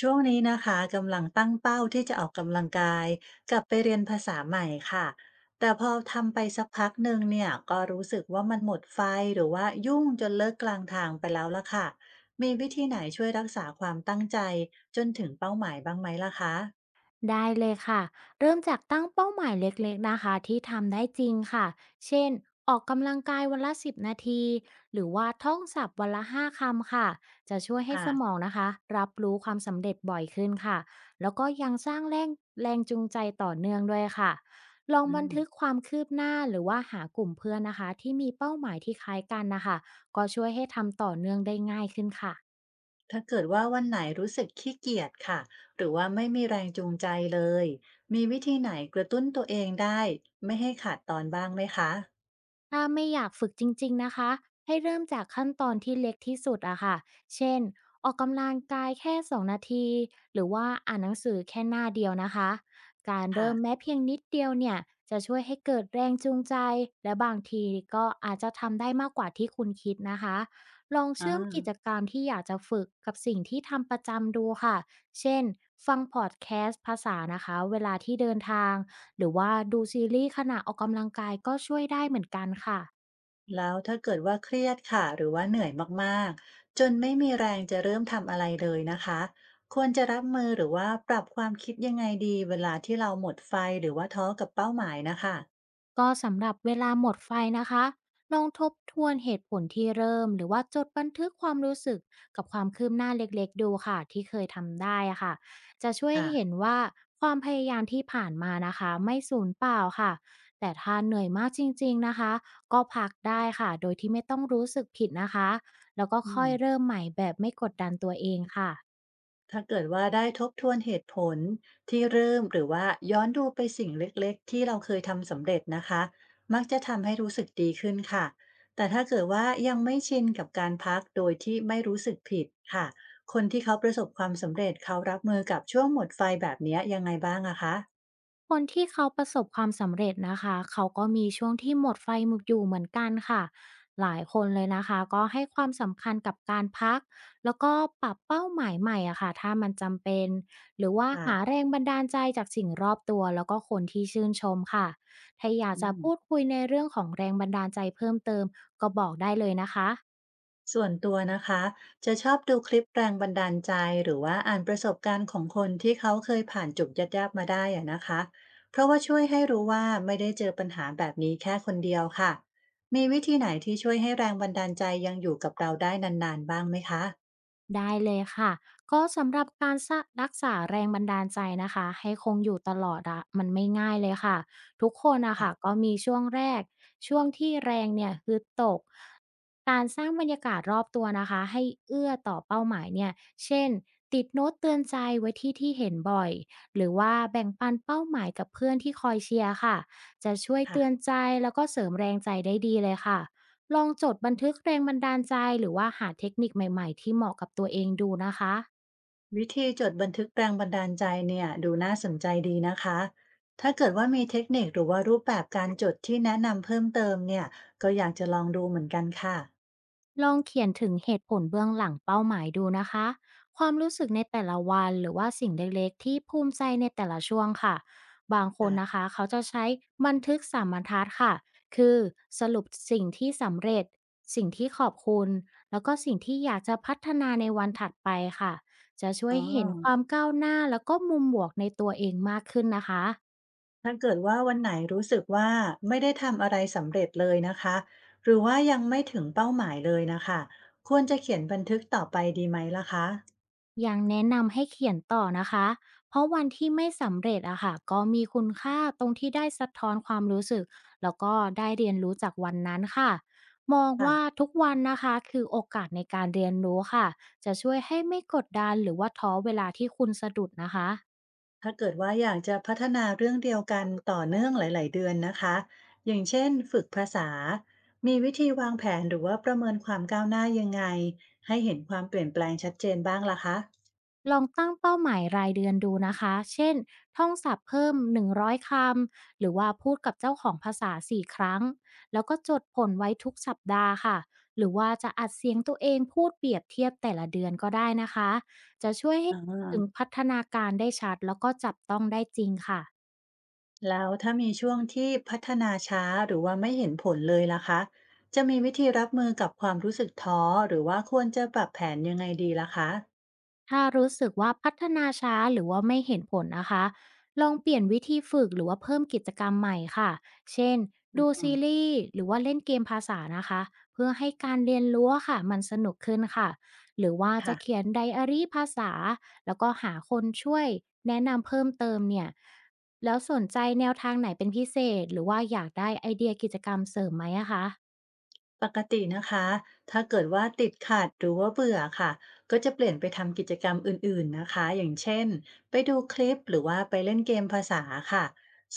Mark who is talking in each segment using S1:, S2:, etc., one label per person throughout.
S1: ช่วงนี้นะคะกำลังตั้งเป้าที่จะออกกำลังกายกับไปเรียนภาษาใหม่ค่ะแต่พอทำไปสักพักหนึ่งเนี่ยก็รู้สึกว่ามันหมดไฟหรือว่ายุ่งจนเลิกกลางทางไปแล้วล่ะค่ะมีวิธีไหนช่วยรักษาความตั้งใจจนถึงเป้าหมายบ้างไหมล่ะคะ
S2: ได้เลยค่ะเริ่มจากตั้งเป้าหมายเล็กๆนะคะที่ทำได้จริงค่ะเช่นออกกำลังกายวันละ10นาทีหรือว่าท่องศัพท์วันละ5คำค่ะจะช่วยให้
S1: ค่ะ
S2: สมองนะคะรับรู้ความสำเร็จบ่อยขึ้นค่ะแล้วก็ยังสร้างแรงแรงจูงใจต่อเนื่องด้วยค่ะลอง
S1: อื
S2: บัน
S1: ม
S2: ทึกความคืบหน้าหรือว่าหากลุ่มเพื่อนนะคะที่มีเป้าหมายที่คล้ายกันนะคะก็ช่วยให้ทำต่อเนื่องได้ง่ายขึ้นค่ะ
S1: ถ้าเกิดว่าวันไหนรู้สึกขี้เกียจค่ะหรือว่าไม่มีแรงจูงใจเลยมีวิธีไหนกระตุ้นตัวเองได้ไม่ให้ขาดตอนบ้างไหมคะ
S2: ถ้าไม่อยากฝึกจริงๆนะคะให้เริ่มจากขั้นตอนที่เล็กที่สุดอะค่ะเช่นออกกำลังกายแค่2นาทีหรือว่าอ่านหนังสือแค่หน้าเดียวนะคะการเริ่มแม้
S1: ค่ะ
S2: เพียงนิดเดียวเนี่ยจะช่วยให้เกิดแรงจูงใจและบางทีก็อาจจะทำได้มากกว่าที่คุณคิดนะคะลอง
S1: อ่า
S2: เชื่อมกิจกรรมที่อยากจะฝึกกับสิ่งที่ทำประจำดูค่ะเช่นฟังพอดแคสต์ภาษานะคะเวลาที่เดินทาง หรือว่าดูซีรีส์ขณะออกกำลังกายก็ช่วยได้เหมือนกันค่ะ
S1: แล้วถ้าเกิดว่าเครียดค่ะหรือว่าเหนื่อยมากๆ จนไม่มีแรงจะเริ่มทำอะไรเลยนะคะควรจะรับมือหรือว่าปรับความคิดยังไงดีเวลาที่เราหมดไฟหรือว่าท้อกับเป้าหมายนะคะ
S2: ก็สำหรับเวลาหมดไฟนะคะลองทบทวนเหตุผลที่เริ่มหรือว่าจดบันทึกความรู้สึกกับความคืบหน้าเล็กๆดูค่ะที่เคยทำได้อะค่ะจะช่วยให้เห็น
S1: ค่ะ
S2: ว่าความพยายามที่ผ่านมานะคะไม่สูญเปล่าค่ะแต่ถ้าเหนื่อยมากจริงๆนะคะก็พักได้ค่ะโดยที่ไม่ต้องรู้สึกผิดนะคะแล้วก็
S1: อื
S2: ค่อ
S1: ม
S2: ยเริ่มใหม่แบบไม่กดดันตัวเองค่ะ
S1: ถ้าเกิดว่าได้ทบทวนเหตุผลที่เริ่มหรือว่าย้อนดูไปสิ่งเล็กๆที่เราเคยทำสำเร็จนะคะมักจะทำให้รู้สึกดีขึ้นค่ะแต่ถ้าเกิดว่ายังไม่ชินกับการพักโดยที่ไม่รู้สึกผิดค่ะคนที่เขาประสบความสำเร็จเขารับมือกับช่วงหมดไฟแบบเนี้ยยังไงบ้างอะคะ
S2: คนที่เขาประสบความสำเร็จนะคะเขาก็มีช่วงที่หมดไฟหมดอยู่เหมือนกันค่ะหลายคนเลยนะคะก็ให้ความสำคัญกับการพักแล้วก็ปรับเป้าหมายใหม่อะค่ะถ้ามันจำเป็นหรือว่าหาแร
S1: ค่ะ
S2: งบันดาลใจจากสิ่งรอบตัวแล้วก็คนที่ชื่นชมค่ะถ้าอยาก
S1: อื
S2: จะพูด
S1: ม
S2: คุยในเรื่องของแรงบันดาลใจเพิ่มเติมก็บอกได้เลยนะคะ
S1: ส่วนตัวนะคะจะชอบดูคลิปแรงบันดาลใจหรือว่าอ่านประสบการณ์ของคนที่เขาเคยผ่านจุดยากๆมาได้อะนะคะเพราะว่าช่วยให้รู้ว่าไม่ได้เจอปัญหาแบบนี้แค่คนเดียวค่ะมีวิธีไหนที่ช่วยให้แรงบันดาลใจยังอยู่กับเราได้นานๆบ้างไหมคะ
S2: ได้เลยค่ะก็สำหรับการสะรักษาแรงบันดาลใจนะคะให้คงอยู่ตลอดอะมันไม่ง่ายเลยค่ะทุกคนนะ
S1: ค่ะ
S2: คะก็มีช่วงแรกช่วงที่แรงเนี่ยฮึดตกการสร้างบรรยากาศรอบตัวนะคะให้เอื้อต่อเป้าหมายเนี่ยเช่นติดโน้ตเตือนใจไว้ที่ที่เห็นบ่อยหรือว่าแบ่งปันเป้าหมายกับเพื่อนที่คอยเชียร์ค่ะจะช่วยเตือน
S1: ค่ะ
S2: ใจแล้วก็เสริมแรงใจได้ดีเลยค่ะ ลองจดบันทึกแรงบันดาลใจหรือว่าหาเทคนิคใหม่ๆที่เหมาะกับตัวเองดูนะคะ
S1: วิธีจดบันทึกแรงบันดาลใจเนี่ยดูน่าสนใจดีนะคะถ้าเกิดว่ามีเทคนิคหรือว่ารูปแบบการจดที่แนะนำเพิ่มเติมเนี่ยก็อยากจะลองดูเหมือนกันค่ะ
S2: ลองเขียนถึงเหตุผลเบื้องหลังเป้าหมายดูนะคะความรู้สึกในแต่ละวันหรือว่าสิ่งเล็กๆที่ภูมิใจในแต่ละช่วงค่ะบางคนนะ
S1: ค่ะ
S2: คะเขาจะใช้บันทึกสามบรรทัดค่ะคือสรุปสิ่งที่สำเร็จ สิ่งที่ขอบคุณแล้วก็สิ่งที่อยากจะพัฒนาในวันถัดไปค่ะจะช่ว
S1: อ๋อ
S2: ยเห็นความก้าวหน้าแล้วก็มุมบวกในตัวเองมากขึ้นนะคะ
S1: ถ้าเกิดว่าวันไหนรู้สึกว่าไม่ได้ทำอะไรสำเร็จเลยนะคะหรือว่ายังไม่ถึงเป้าหมายเลยนะคะควรจะเขียนบันทึกต่อไปดีไหมล่ะคะ
S2: ยังแนะนำให้เขียนต่อนะคะ เพราะวันที่ไม่สำเร็จอะค่ะก็มีคุณค่าตรงที่ได้สะท้อนความรู้สึกแล้วก็ได้เรียนรู้จากวันนั้นค่ะมองว่า
S1: ค่ะ
S2: ทุกวันนะคะคือโอกาสในการเรียนรู้ค่ะจะช่วยให้ไม่กดดันหรือว่าท้อเวลาที่คุณสะดุดนะคะ
S1: ถ้าเกิดว่าอยากจะพัฒนาเรื่องเดียวกันต่อเนื่องหลายๆเดือนนะคะอย่างเช่นฝึกภาษามีวิธีวางแผนหรือว่าประเมินความก้าวหน้ายังไงให้เห็นความเปลี่ยนแปลงชัดเจนบ้างล่ะคะ
S2: ลองตั้งเป้าหมายรายเดือนดูนะคะ เช่นท่องศัพท์เพิ่ม100คำ หรือว่าพูดกับเจ้าของภาษา4ครั้ง แล้วก็จดผลไว้ทุกสัปดาห์ค่ะ หรือว่าจะอัดเสียงตัวเองพูดเปรียบเทียบแต่ละเดือนก็ได้นะคะ จะช่วยให้
S1: อ
S2: ถึง
S1: า
S2: พัฒนาการได้ชัดแล้วก็จับต้องได้จริงค่ะ
S1: แล้วถ้ามีช่วงที่พัฒนาช้าหรือว่าไม่เห็นผลเลยล่ะคะจะมีวิธีรับมือกับความรู้สึกท้อหรือว่าควรจะปรับแผนยังไงดีล่ะคะ
S2: ถ้ารู้สึกว่าพัฒนาช้าหรือว่าไม่เห็นผลนะคะลองเปลี่ยนวิธีฝึกหรือว่าเพิ่มกิจกรรมใหม่ค่ะเช่นดูซี
S1: ออ
S2: รีส์หรือว่าเล่นเกมภาษานะคะเพื่อให้การเรียนรู้อะค่ะมันสนุกขึ้นค่ะหรือว่า
S1: ค่ะ
S2: จะเขียนไดอารี่ภาษาแล้วก็หาคนช่วยแนะนำเพิ่มเติมเนี่ยแล้วสนใจแนวทางไหนเป็นพิเศษหรือว่าอยากได้ไอเดียกิจกรรมเสริมไหมอะคะ
S1: ปกตินะคะถ้าเกิดว่าติดขัดหรือว่าเบื่อค่ะก็จะเปลี่ยนไปทำกิจกรรมอื่นๆนะคะอย่างเช่นไปดูคลิปหรือว่าไปเล่นเกมภาษาค่ะ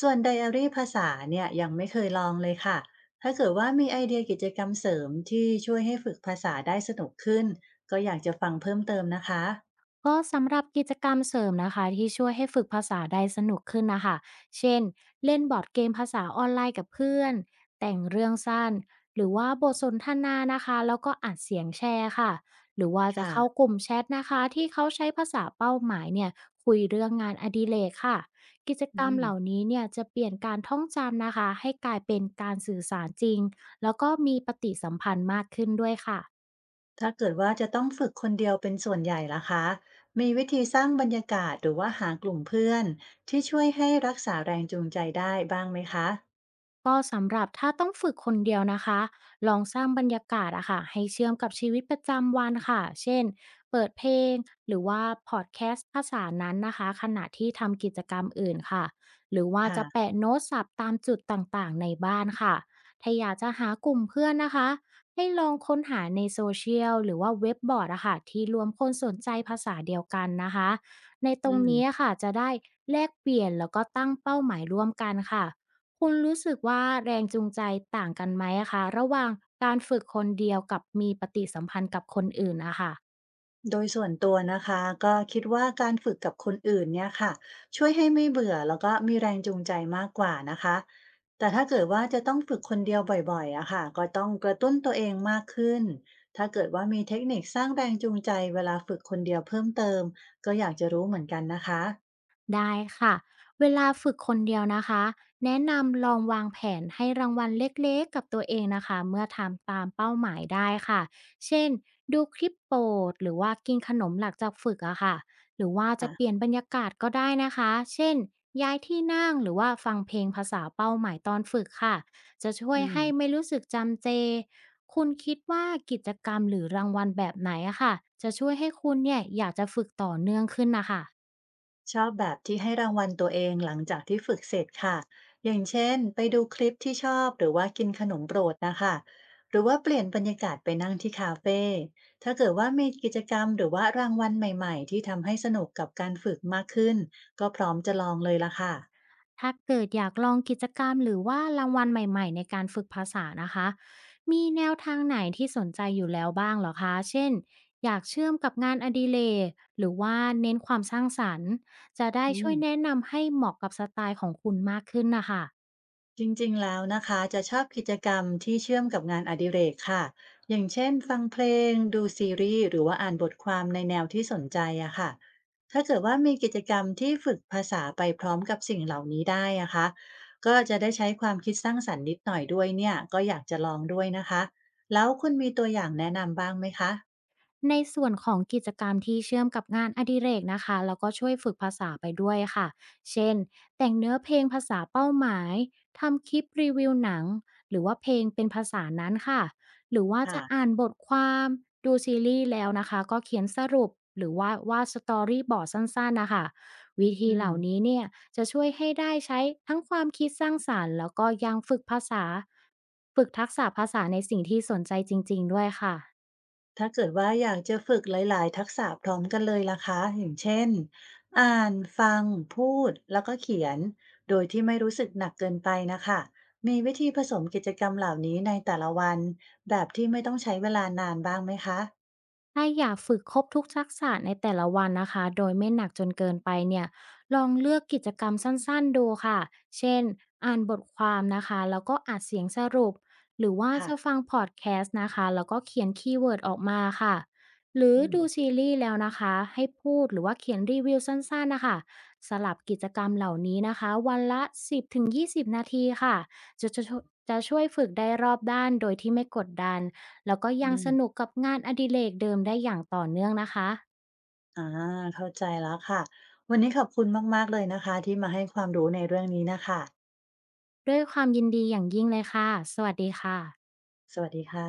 S1: ส่วนไดอารี่ภาษาเนี่ยยังไม่เคยลองเลยค่ะถ้าเกิดว่ามีไอเดียกิจกรรมเสริมที่ช่วยให้ฝึกภาษาได้สนุกขึ้นก็อยากจะฟังเพิ่มเติมนะคะ
S2: ก็สำหรับกิจกรรมเสริมนะคะที่ช่วยให้ฝึกภาษาได้สนุกขึ้นนะคะ เช่นเล่นบอร์ดเกมภาษาออนไลน์กับเพื่อน แต่งเรื่องสั้น หรือว่าบทสนทนานะคะแล้วก็อัดเสียงแชร์ค่ะ หรือว่าจะ
S1: ค่ะ
S2: เข้ากลุ่มแชทนะคะที่เขาใช้ภาษาเป้าหมายเนี่ยคุยเรื่องงานอดิเรกค่ะ กิจ
S1: อื
S2: กรรม
S1: ม
S2: เหล่านี้เนี่ยจะเปลี่ยนการท่องจำนะคะให้กลายเป็นการสื่อสารจริงแล้วก็มีปฏิสัมพันธ์มากขึ้นด้วยค่ะ
S1: ถ้าเกิดว่าจะต้องฝึกคนเดียวเป็นส่วนใหญ่ล่ะคะมีวิธีสร้างบรรยากาศหรือว่าหากลุ่มเพื่อนที่ช่วยให้รักษาแรงจูงใจได้บ้างไหมคะ
S2: ก็สำหรับถ้าต้องฝึกคนเดียวนะคะ ลองสร้างบรรยากาศอะค่ะให้เชื่อมกับชีวิตประจำวันค่ะ เช่นเปิดเพลงหรือว่าพอดแคสต์ภาษานั้นนะคะขณะที่ทำกิจกรรมอื่นค่ะหรือว่าจะ
S1: ค่ะ
S2: แปะโน้ตสับตามจุดต่างๆในบ้านค่ะถ้าอยากจะหากลุ่มเพื่อนนะคะให้ลองค้นหาในโซเชียลหรือว่าเว็บบอร์ดอะค่ะที่รวมคนสนใจภาษาเดียวกันนะคะในต
S1: อื
S2: รงนี้
S1: ม
S2: อะค่ะจะได้แลกเปลี่ยนแล้วก็ตั้งเป้าหมายร่วมกันค่ะ คุณรู้สึกว่าแรงจูงใจต่างกันไหมอะคะระหว่างการฝึกคนเดียวกับมีปฏิสัมพันธ์กับคนอื่นนะคะ
S1: โดยส่วนตัวนะคะก็คิดว่าการฝึกกับคนอื่นเนี่ยค่ะช่วยให้ไม่เบื่อแล้วก็มีแรงจูงใจมากกว่านะคะแต่ถ้าเกิดว่าจะต้องฝึกคนเดียวบ่อยๆอะค่ะก็ต้องกระตุ้นตัวเองมากขึ้นถ้าเกิดว่ามีเทคนิคสร้างแรงจูงใจเวลาฝึกคนเดียวเพิ่มเติมก็อยากจะรู้เหมือนกันนะคะ
S2: ได้ค่ะเวลาฝึกคนเดียวนะคะแนะนำลองวางแผนให้รางวัลเล็กๆกับตัวเองนะคะเมื่อทำตามเป้าหมายได้ค่ะเช่นดูคลิปโปรดหรือว่ากินขนมหลังจากฝึกอะค่ะหรือว่าจะเปลี่ยนบรรยากาศก็ได้นะคะเช่นย้ายที่นั่งหรือว่าฟังเพลงภาษาเป้าหมายตอนฝึกค่ะจะช่ว
S1: อื
S2: ย
S1: ม
S2: ให้ไม่รู้สึกจำเจคุณคิดว่ากิจกรรมหรือรางวัลแบบไหนอะค่ะจะช่วยให้คุณเนี่ยอยากจะฝึกต่อเนื่องขึ้นนะคะ
S1: ชอบแบบที่ให้รางวัลตัวเองหลังจากที่ฝึกเสร็จค่ะ อย่างเช่นไปดูคลิปที่ชอบหรือว่ากินขนมโปรดนะคะ หรือว่าเปลี่ยนบรรยากาศไปนั่งที่คาเฟ่ถ้าเกิดว่ามีกิจกรรมหรือว่ารางวัลใหม่ๆที่ทำให้สนุกกับการฝึกมากขึ้นก็พร้อมจะลองเลยละค่ะ
S2: ถ้าเกิดอยากลองกิจกรรมหรือว่ารางวัลใหม่ๆในการฝึกภาษานะคะ มีแนวทางไหนที่สนใจอยู่แล้วบ้างเหรอคะ เช่นอยากเชื่อมกับงานอดิเรกหรือว่าเน้นความสร้างสรรค์จะได้
S1: อื
S2: ช่วย
S1: ม
S2: แนะนำให้เหมาะกับสไตล์ของคุณมากขึ้นนะคะ
S1: จริงๆแล้วนะคะจะชอบกิจกรรมที่เชื่อมกับงานอดิเรกค่ะอย่างเช่นฟังเพลงดูซีรีส์หรือว่าอ่านบทความในแนวที่สนใจอะค่ะถ้าเกิดว่ามีกิจกรรมที่ฝึกภาษาไปพร้อมกับสิ่งเหล่านี้ได้อะคะก็จะได้ใช้ความคิดสร้างสรรค์นิดหน่อยด้วยเนี่ยก็อยากจะลองด้วยนะคะแล้วคุณมีตัวอย่างแนะนำบ้างไหมคะ
S2: ในส่วนของกิจกรรมที่เชื่อมกับงานอดิเรกนะคะแล้วก็ช่วยฝึกภาษาไปด้วยค่ะ เช่น แต่งเนื้อเพลงภาษาเป้าหมาย ทำคลิปรีวิวหนังหรือว่าเพลงเป็นภาษานั้นค่ะ หรือว่าจะอ่า
S1: ค่ะ
S2: นบทความดูซีรีส์แล้วนะคะก็เขียนสรุปหรือว่าวาดสตอรี่บอร์ดสั้นๆนะคะวิ
S1: อื
S2: ธีเหล่า
S1: ม
S2: นี้เนี่ยจะช่วยให้ได้ใช้ทั้งความคิดสร้างสารรค์แล้วก็ยังฝึกภาษาฝึกทักษะภาษาในสิ่งที่สนใจจริงๆด้วยค่ะ
S1: ถ้าเกิดว่าอยากจะฝึกหลาย ๆ ทักษะพร้อมกันเลยล่ะคะอย่างเช่น อ่าน ฟัง พูด แล้วก็เขียน โดยที่ไม่รู้สึกหนักเกินไปนะคะ มีวิธีผสมกิจกรรมเหล่านี้ในแต่ละวันแบบที่ไม่ต้องใช้เวลานานบ้างไหมคะ
S2: ถ้าอยากฝึกครบทุกทักษะในแต่ละวันนะคะโดยไม่หนักจนเกินไปเนี่ยลองเลือกกิจกรรมสั้นๆดูค่ะเช่นอ่านบทความนะคะแล้วก็อัดเสียงสรุปหรือว่าจะ
S1: ค่ะ
S2: ฟังพอดแคสต์นะคะแล้วก็เขียนคีย์เวิร์ดออกมาค่ะหรือ
S1: อืม
S2: ดูซีรีส์แล้วนะคะให้พูดหรือว่าเขียนรีวิวสั้นๆนะคะสลับกิจกรรมเหล่านี้นะคะวันละ10-20นาทีค่ะจะจะจะช่วยฝึกได้รอบด้านโดยที่ไม่กดดัน แล้วก็ยั
S1: อื
S2: ง
S1: ม
S2: สนุกกับงานอดิเรกเดิมได้อย่างต่อเนื่องนะคะ
S1: อาเข้าใจแล้วค่ะ วันนี้ขอบคุณมาก ๆ เลยนะคะที่มาให้ความรู้ในเรื่องนี้น่ะค่ะ
S2: ด้วยความยินดีอย่างยิ่งเลยค่ะสวัสดีค่ะ
S1: สวัสดีค่ะ